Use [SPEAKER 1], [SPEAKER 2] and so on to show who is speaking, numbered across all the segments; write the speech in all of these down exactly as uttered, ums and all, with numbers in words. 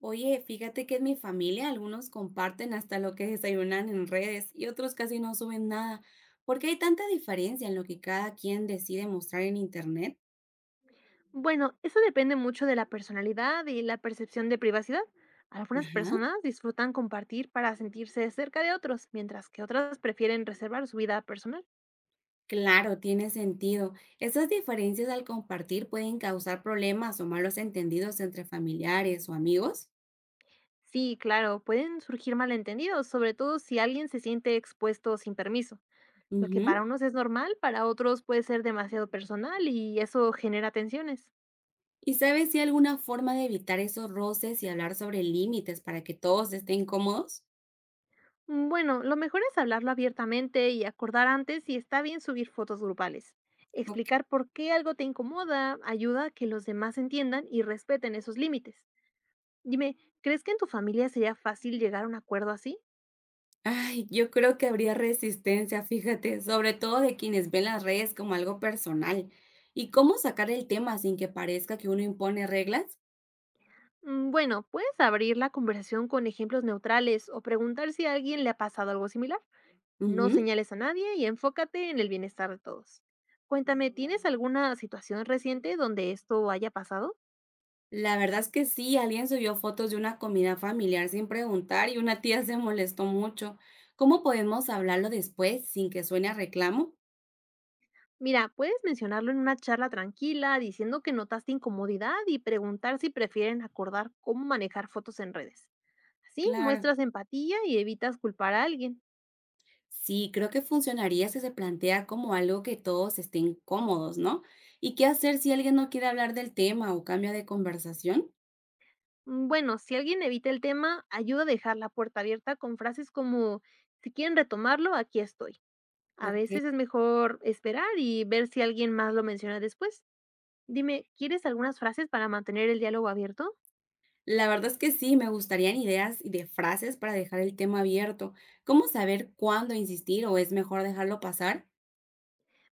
[SPEAKER 1] Oye, fíjate que en mi familia algunos comparten hasta lo que desayunan en redes y otros casi no suben nada. ¿Por qué hay tanta diferencia en lo que cada quien decide mostrar en internet?
[SPEAKER 2] Bueno, eso depende mucho de la personalidad y la percepción de privacidad. Algunas
[SPEAKER 1] Ajá.
[SPEAKER 2] personas disfrutan compartir para sentirse cerca de otros, mientras que otras prefieren reservar su vida personal.
[SPEAKER 1] Claro, tiene sentido. Esas diferencias al compartir pueden causar problemas o malos entendidos entre familiares o amigos.
[SPEAKER 2] Sí, claro, pueden surgir malentendidos, sobre todo si alguien se siente expuesto sin permiso. Lo que para
[SPEAKER 1] Ujú.
[SPEAKER 2] unos es normal, para otros puede ser demasiado personal y eso genera tensiones.
[SPEAKER 1] ¿Y sabes si hay alguna forma de evitar esos roces y hablar sobre límites para que todos estén cómodos?
[SPEAKER 2] Mm, Bueno, lo mejor es hablarlo abiertamente y acordar antes si está bien subir fotos grupales. Explicar por qué algo te incomoda ayuda a que los demás entiendan y respeten esos límites. Dime, ¿crees que en tu familia sería fácil llegar a un acuerdo así?
[SPEAKER 1] Ay, yo creo que habría resistencia, fíjate, sobre todo de quienes ven las redes como algo personal. ¿Y cómo sacar el tema sin que parezca que uno impone reglas?
[SPEAKER 2] Mm, Bueno, puedes abrir la conversación con ejemplos neutrales o preguntar si a alguien le ha pasado algo similar. No
[SPEAKER 1] Ujú.
[SPEAKER 2] señales a nadie y enfócate en el bienestar de todos. Cuéntame, ¿tienes alguna situación reciente donde esto haya pasado?
[SPEAKER 1] La verdad es que sí, alguien subió fotos de una comida familiar sin preguntar y una tía se molestó mucho. ¿Cómo podemos hablarlo después sin que suene a reclamo?
[SPEAKER 2] Mira, puedes mencionarlo en una charla tranquila, diciendo que notaste incomodidad y preguntar si prefieren acordar cómo manejar fotos en redes. Así
[SPEAKER 1] Claro.
[SPEAKER 2] muestras empatía y evitas culpar a alguien.
[SPEAKER 1] Sí, creo que funcionaría si se plantea como algo que todos estén cómodos, ¿no? ¿Y qué hacer si alguien no quiere hablar del tema o cambia de conversación?
[SPEAKER 2] Mm, Bueno, si alguien evita el tema, ayuda a dejar la puerta abierta con frases como, si quieren retomarlo, aquí estoy. A
[SPEAKER 1] Ok.
[SPEAKER 2] veces es mejor esperar y ver si alguien más lo menciona después. Dime, ¿quieres algunas frases para mantener el diálogo abierto?
[SPEAKER 1] La verdad es que sí, me gustarían ideas y de frases para dejar el tema abierto. ¿Cómo saber cuándo insistir o es mejor dejarlo pasar?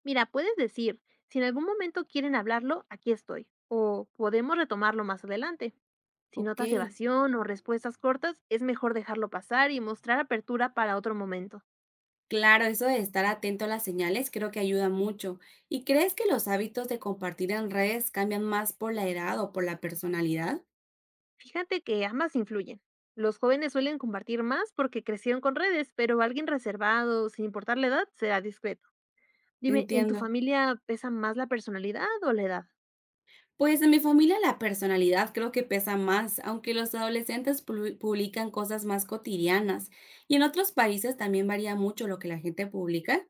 [SPEAKER 2] Mira, puedes decir, si en algún momento quieren hablarlo, aquí estoy, o podemos retomarlo más adelante. Si
[SPEAKER 1] Ok,
[SPEAKER 2] notas evasión o respuestas cortas, es mejor dejarlo pasar y mostrar apertura para otro momento.
[SPEAKER 1] claro, eso de estar atento a las señales creo que ayuda mucho. ¿Y crees que los hábitos de compartir en redes cambian más por la edad o por la personalidad?
[SPEAKER 2] Fíjate que ambas influyen. Los jóvenes suelen compartir más porque crecieron con redes, pero alguien reservado, sin importar la edad, será discreto. Dime, ¿en tu
[SPEAKER 1] Entiendo.
[SPEAKER 2] familia pesa más la personalidad o la edad?
[SPEAKER 1] Pues en mi familia la personalidad creo que pesa más, aunque los adolescentes pu- publican cosas más cotidianas. Y en otros países también varía mucho lo que la gente publica.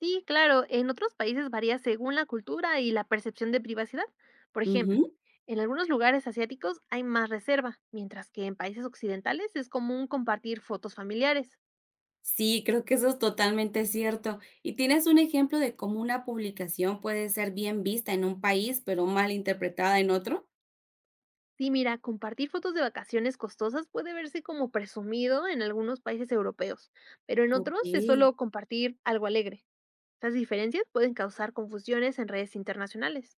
[SPEAKER 2] Sí, claro, en otros países varía según la cultura y la percepción de privacidad. Por ejemplo, en algunos lugares asiáticos hay más reserva, mientras que en países occidentales es común compartir fotos familiares.
[SPEAKER 1] Sí, creo que eso es totalmente cierto. ¿Y tienes un ejemplo de cómo una publicación puede ser bien vista en un país, pero mal interpretada en otro?
[SPEAKER 2] Sí, mira, compartir fotos de vacaciones costosas puede verse como presumido en algunos países europeos, pero en
[SPEAKER 1] Ok,
[SPEAKER 2] otros es solo compartir algo alegre. Estas diferencias pueden causar confusiones en redes internacionales.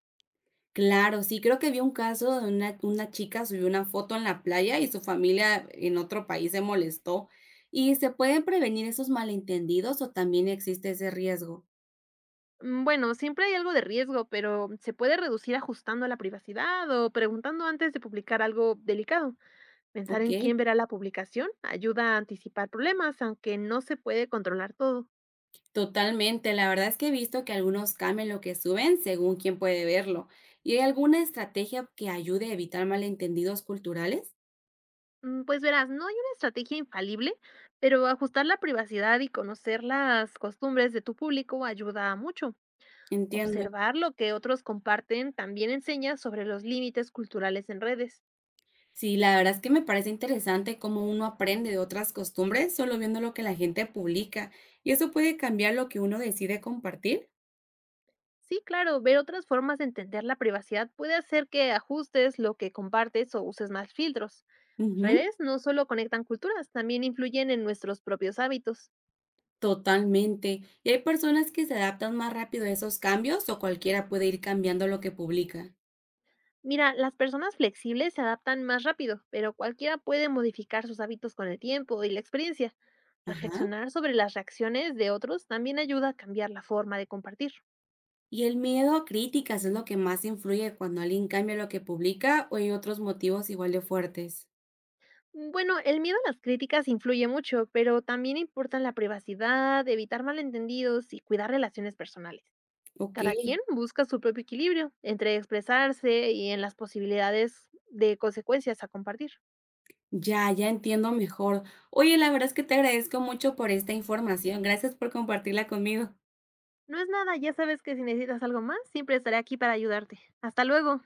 [SPEAKER 1] claro, sí, creo que vi un caso de una, una chica subió una foto en la playa y su familia en otro país se molestó. ¿Y se pueden prevenir esos malentendidos o también existe ese riesgo?
[SPEAKER 2] Mm, Bueno, siempre hay algo de riesgo, pero se puede reducir ajustando la privacidad o preguntando antes de publicar algo delicado. Pensar
[SPEAKER 1] Ok.
[SPEAKER 2] en quién verá la publicación ayuda a anticipar problemas, aunque no se puede controlar todo.
[SPEAKER 1] Totalmente, la verdad es que he visto que algunos cambian lo que suben según quién puede verlo. ¿Y hay alguna estrategia que ayude a evitar malentendidos culturales?
[SPEAKER 2] Mm, Pues verás, no hay una estrategia infalible, pero ajustar la privacidad y conocer las costumbres de tu público ayuda mucho.
[SPEAKER 1] Entiendo.
[SPEAKER 2] Observar lo que otros comparten también enseña sobre los límites culturales en redes.
[SPEAKER 1] Sí, la verdad es que me parece interesante cómo uno aprende de otras costumbres solo viendo lo que la gente publica. ¿Y eso puede cambiar lo que uno decide compartir?
[SPEAKER 2] Sí, claro, ver otras formas de entender la privacidad puede hacer que ajustes lo que compartes o uses más filtros.
[SPEAKER 1] Ujú,
[SPEAKER 2] Redes no solo conectan culturas, también influyen en nuestros propios hábitos.
[SPEAKER 1] totalmente. ¿Y hay personas que se adaptan más rápido a esos cambios o cualquiera puede ir cambiando lo que publica?
[SPEAKER 2] Mira, las personas flexibles se adaptan más rápido, pero cualquiera puede modificar sus hábitos con el tiempo y la experiencia.
[SPEAKER 1] Ajá.
[SPEAKER 2] Reflexionar sobre las reacciones de otros también ayuda a cambiar la forma de compartir.
[SPEAKER 1] Y el miedo a críticas es lo que más influye cuando alguien cambia lo que publica o hay otros motivos igual de fuertes.
[SPEAKER 2] Bueno, el miedo a las críticas influye mucho, pero también importan la privacidad, evitar malentendidos y cuidar relaciones personales.
[SPEAKER 1] Ok,
[SPEAKER 2] Cada quien busca su propio equilibrio entre expresarse y en las posibilidades de consecuencias a compartir.
[SPEAKER 1] ya, ya entiendo mejor. Oye, la verdad es que te agradezco mucho por esta información. Gracias por compartirla conmigo.
[SPEAKER 2] No es nada, ya sabes que si necesitas algo más, siempre estaré aquí para ayudarte. Hasta luego.